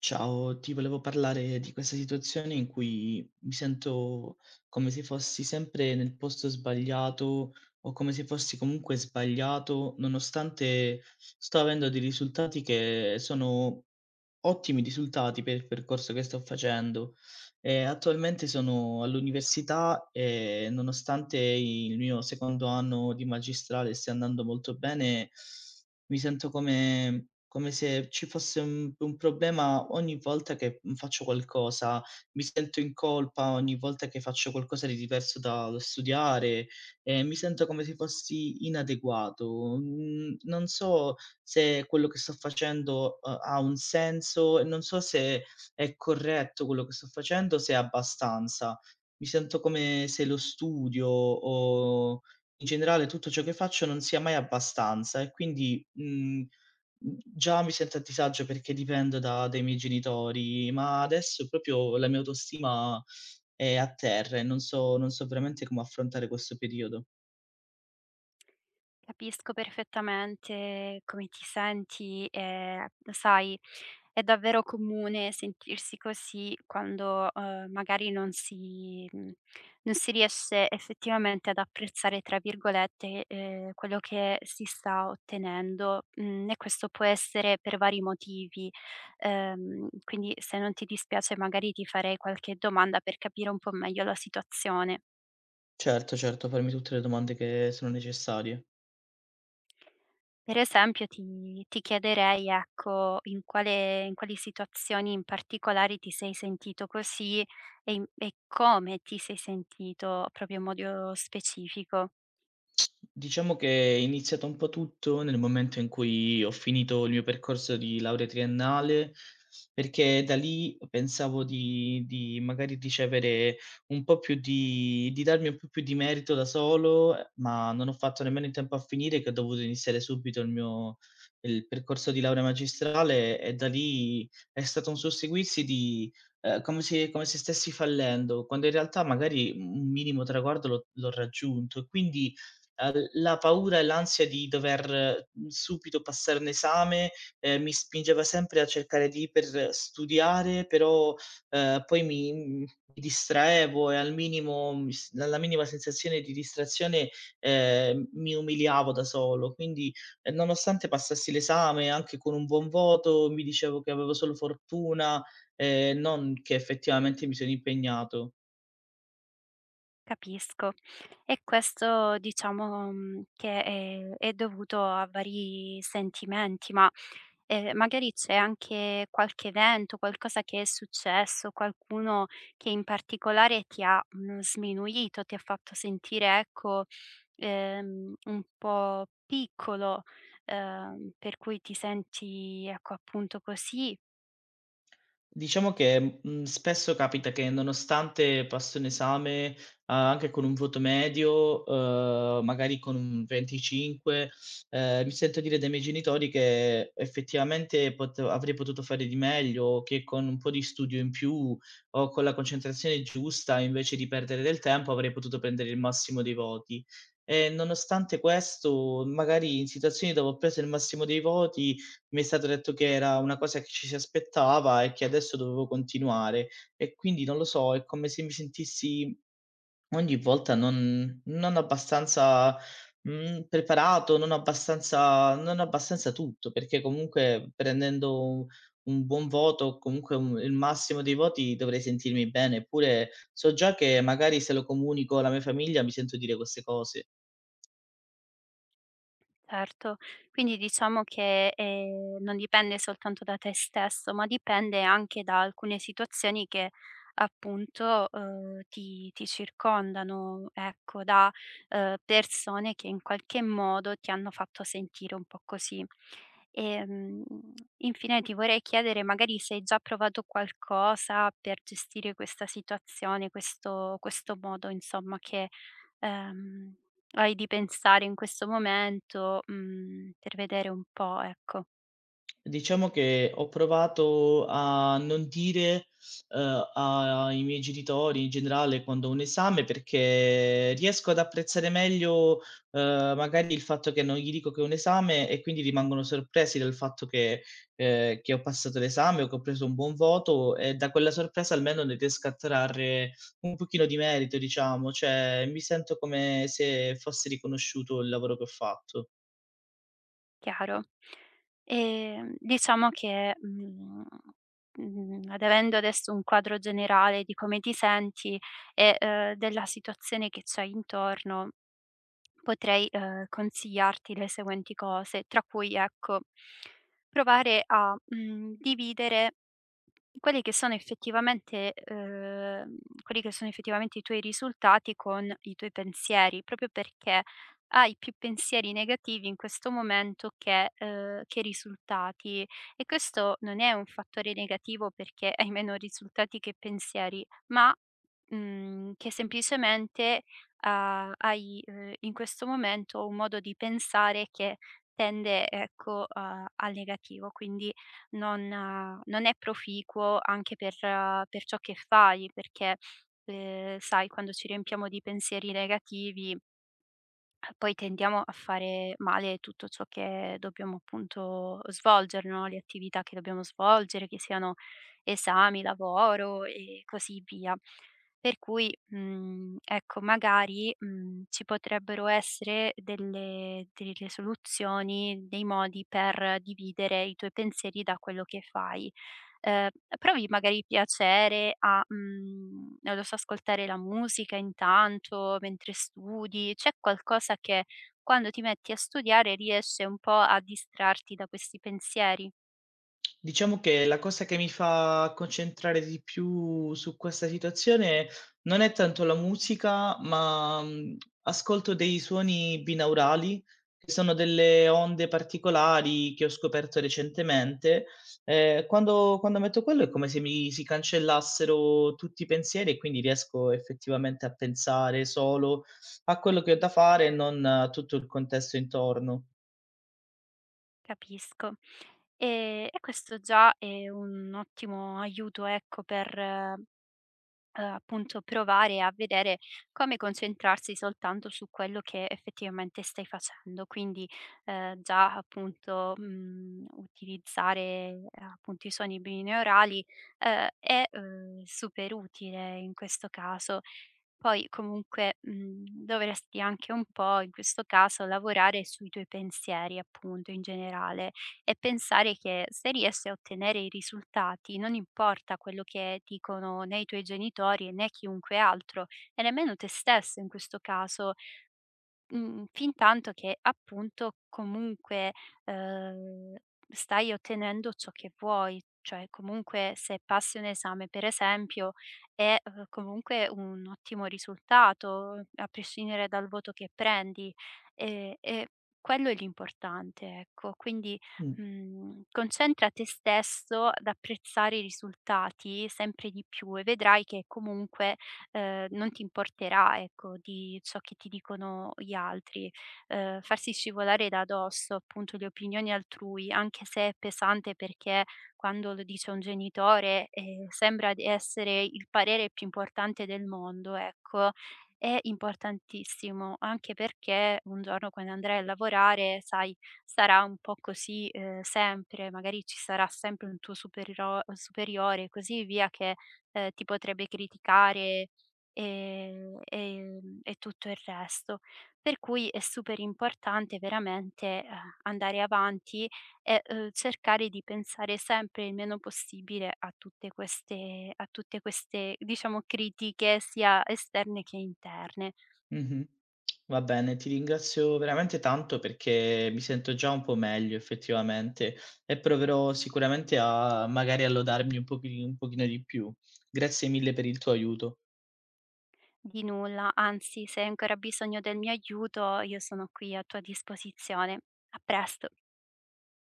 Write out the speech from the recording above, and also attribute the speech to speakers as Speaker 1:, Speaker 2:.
Speaker 1: Ciao, ti volevo parlare di questa situazione in cui mi sento come se fossi sempre nel posto sbagliato o come se fossi comunque sbagliato, nonostante sto avendo dei risultati che sono ottimi risultati per il percorso che sto facendo. Attualmente sono all'università e nonostante il mio secondo anno di magistrale stia andando molto bene, mi sento come se ci fosse un problema ogni volta che faccio qualcosa. Mi sento in colpa ogni volta che faccio qualcosa di diverso dallo studiare e mi sento come se fossi inadeguato. Mhmm, Non so se quello che sto facendo, ha un senso e non so se è corretto quello che sto facendo, se è abbastanza. Mi sento come se lo studio o in generale tutto ciò che faccio non sia mai abbastanza e quindi, già mi sento a disagio perché dipendo da dai miei genitori, ma adesso proprio la mia autostima è a terra e non so veramente come affrontare questo periodo.
Speaker 2: Capisco perfettamente come ti senti e sai, è davvero comune sentirsi così quando, magari non si non si riesce effettivamente ad "apprezzare" tra virgolette, quello che si sta ottenendo, e questo può essere per vari motivi. Quindi se non ti dispiace magari ti farei qualche domanda per capire un po' meglio la situazione.
Speaker 1: Certo, certo, fammi tutte le domande che sono necessarie.
Speaker 2: Per esempio ti chiederei, ecco, in quali situazioni in particolari ti sei sentito così e in e come ti sei sentito proprio in modo specifico?
Speaker 1: Diciamo che è iniziato un po' tutto nel momento in cui ho finito il mio percorso di laurea triennale, perché da lì pensavo di magari ricevere un po' più di darmi un po' più di merito da solo, ma non ho fatto nemmeno in tempo a finire che ho dovuto iniziare subito il percorso di laurea magistrale e da lì è stato un susseguirsi di come se stessi fallendo, quando in realtà magari un minimo traguardo l'ho raggiunto e quindi la paura e l'ansia di dover subito passare un esame, mi spingeva sempre a cercare di iper studiare, però poi mi distraevo e al minimo mi s alla minima sensazione di distrazione, mi umiliavo da solo. Quindi, nonostante passassi l'esame anche con un buon voto, mi dicevo che avevo solo fortuna, non che effettivamente mi sono impegnato.
Speaker 2: Capisco. E questo diciamo, che è dovuto a vari sentimenti, ma, magari c'è anche qualche evento, qualcosa che è successo, qualcuno che in particolare ti ha, sminuito, ti ha fatto sentire, ecco, un po' piccolo, per cui ti senti, ecco, appunto così?
Speaker 1: Diciamo che spesso capita che nonostante passo un esame, anche con un voto medio, magari con un 25, mi sento dire dai miei genitori che effettivamente pot avrei potuto fare di meglio, che con un po' di studio in più o con la concentrazione giusta, invece di perdere del tempo, avrei potuto prendere il massimo dei voti. E nonostante questo, magari in situazioni dove ho preso il massimo dei voti, mi è stato detto che era una cosa che ci si aspettava e che adesso dovevo continuare e quindi non lo so, è come se mi sentissi ogni volta non abbastanza, preparato, non abbastanza tutto, perché comunque prendendo un buon voto o comunque un il massimo dei voti dovrei sentirmi bene, eppure so già che magari se lo comunico alla mia famiglia mi sento dire queste cose.
Speaker 2: Certo, quindi diciamo che, non dipende soltanto da te stesso, ma dipende anche da alcune situazioni che appunto, ti circondano, ecco, da, persone che in qualche modo ti hanno fatto sentire un po' così. Ehm, Infine ti vorrei chiedere magari se hai già provato qualcosa per gestire questa situazione, questo modo insomma che Ehm, hai di pensare in questo momento, per vedere un po', ecco,
Speaker 1: Diciamo che ho provato a non dire, ai miei genitori, in generale, quando ho un esame, perché riesco ad apprezzare meglio, magari il fatto che non gli dico che ho un esame e quindi rimangono sorpresi dal fatto che ho passato l'esame o che ho preso un buon voto e da quella sorpresa almeno ne riesco a trarre un pochino di merito, diciamo, cioè mi sento come se fosse riconosciuto il lavoro che ho fatto.
Speaker 2: chiaro? Diciamo che, ad avendo adesso un quadro generale di come ti senti e, della situazione che c'hai intorno, potrei, consigliarti le seguenti cose, tra cui, ecco, provare a, dividere quelli che sono effettivamente i tuoi risultati con i tuoi pensieri, proprio perché hai più pensieri negativi in questo momento che risultati. E questo non è un fattore negativo perché hai meno risultati che pensieri, ma, che semplicemente, hai, in questo momento un modo di pensare che tende, ecco, a al negativo. Quindi non non è proficuo anche per ciò che fai, perché, sai quando ci riempiamo di pensieri negativi, poi tendiamo a fare male tutto ciò che dobbiamo appunto svolgere, no, le attività che dobbiamo svolgere, che siano esami, lavoro e così via. Per cui, ecco magari, ci potrebbero essere delle soluzioni, dei modi per dividere i tuoi pensieri da quello che fai. ehm, Provi magari piacere a, non lo so, ascoltare la musica intanto mentre studi. C'è qualcosa che quando ti metti a studiare riesce un po' a distrarti da questi pensieri?
Speaker 1: Diciamo che la cosa che mi fa concentrare di più su questa situazione non è tanto la musica, ma ascolto dei suoni binaurali, che sono delle onde particolari che ho scoperto recentemente. Quando metto quello è come se mi si cancellassero tutti i pensieri e quindi riesco effettivamente a pensare solo a quello che ho da fare e non a tutto il contesto intorno.
Speaker 2: Capisco. E questo già è un ottimo aiuto, ecco, per appunto provare a vedere come concentrarsi soltanto su quello che effettivamente stai facendo. Quindi, già appunto, utilizzare appunto i suoni binaurali, è, super utile in questo caso. Poi comunque, dovresti anche un po' in questo caso lavorare sui tuoi pensieri appunto in generale e pensare che se riesci a ottenere i risultati, non importa quello che dicono né i tuoi genitori né chiunque altro e nemmeno te stesso in questo caso. Fintanto che appunto comunque, ehm, stai ottenendo ciò che vuoi. Cioè comunque se passi un esame per esempio è, comunque un ottimo risultato, a prescindere dal voto che prendi, e quello è l'importante, ecco. Quindi,
Speaker 1: Mh.
Speaker 2: concentra te stesso ad apprezzare i risultati sempre di più e vedrai che comunque non ti importerà, ecco, di ciò che ti dicono gli altri. Farsi scivolare da addosso, appunto, le opinioni altrui, anche se è pesante perché quando lo dice un genitore, sembra di essere il parere più importante del mondo, ecco, è importantissimo, anche perché un giorno quando andrai a lavorare, sai, sarà un po' così, sempre, magari ci sarà sempre un tuo superiro superiore e così via che, ti potrebbe criticare e tutto il resto. Per cui è super importante veramente, andare avanti e, cercare di pensare sempre il meno possibile a tutte queste, diciamo, critiche sia esterne che interne.
Speaker 1: Mh-mh. Va bene, ti ringrazio veramente tanto perché mi sento già un po' meglio effettivamente e proverò sicuramente a magari a lodarmi un pochino di più. Grazie mille per il tuo aiuto.
Speaker 2: Di nulla, anzi se hai ancora bisogno del mio aiuto io sono qui a tua disposizione. A presto.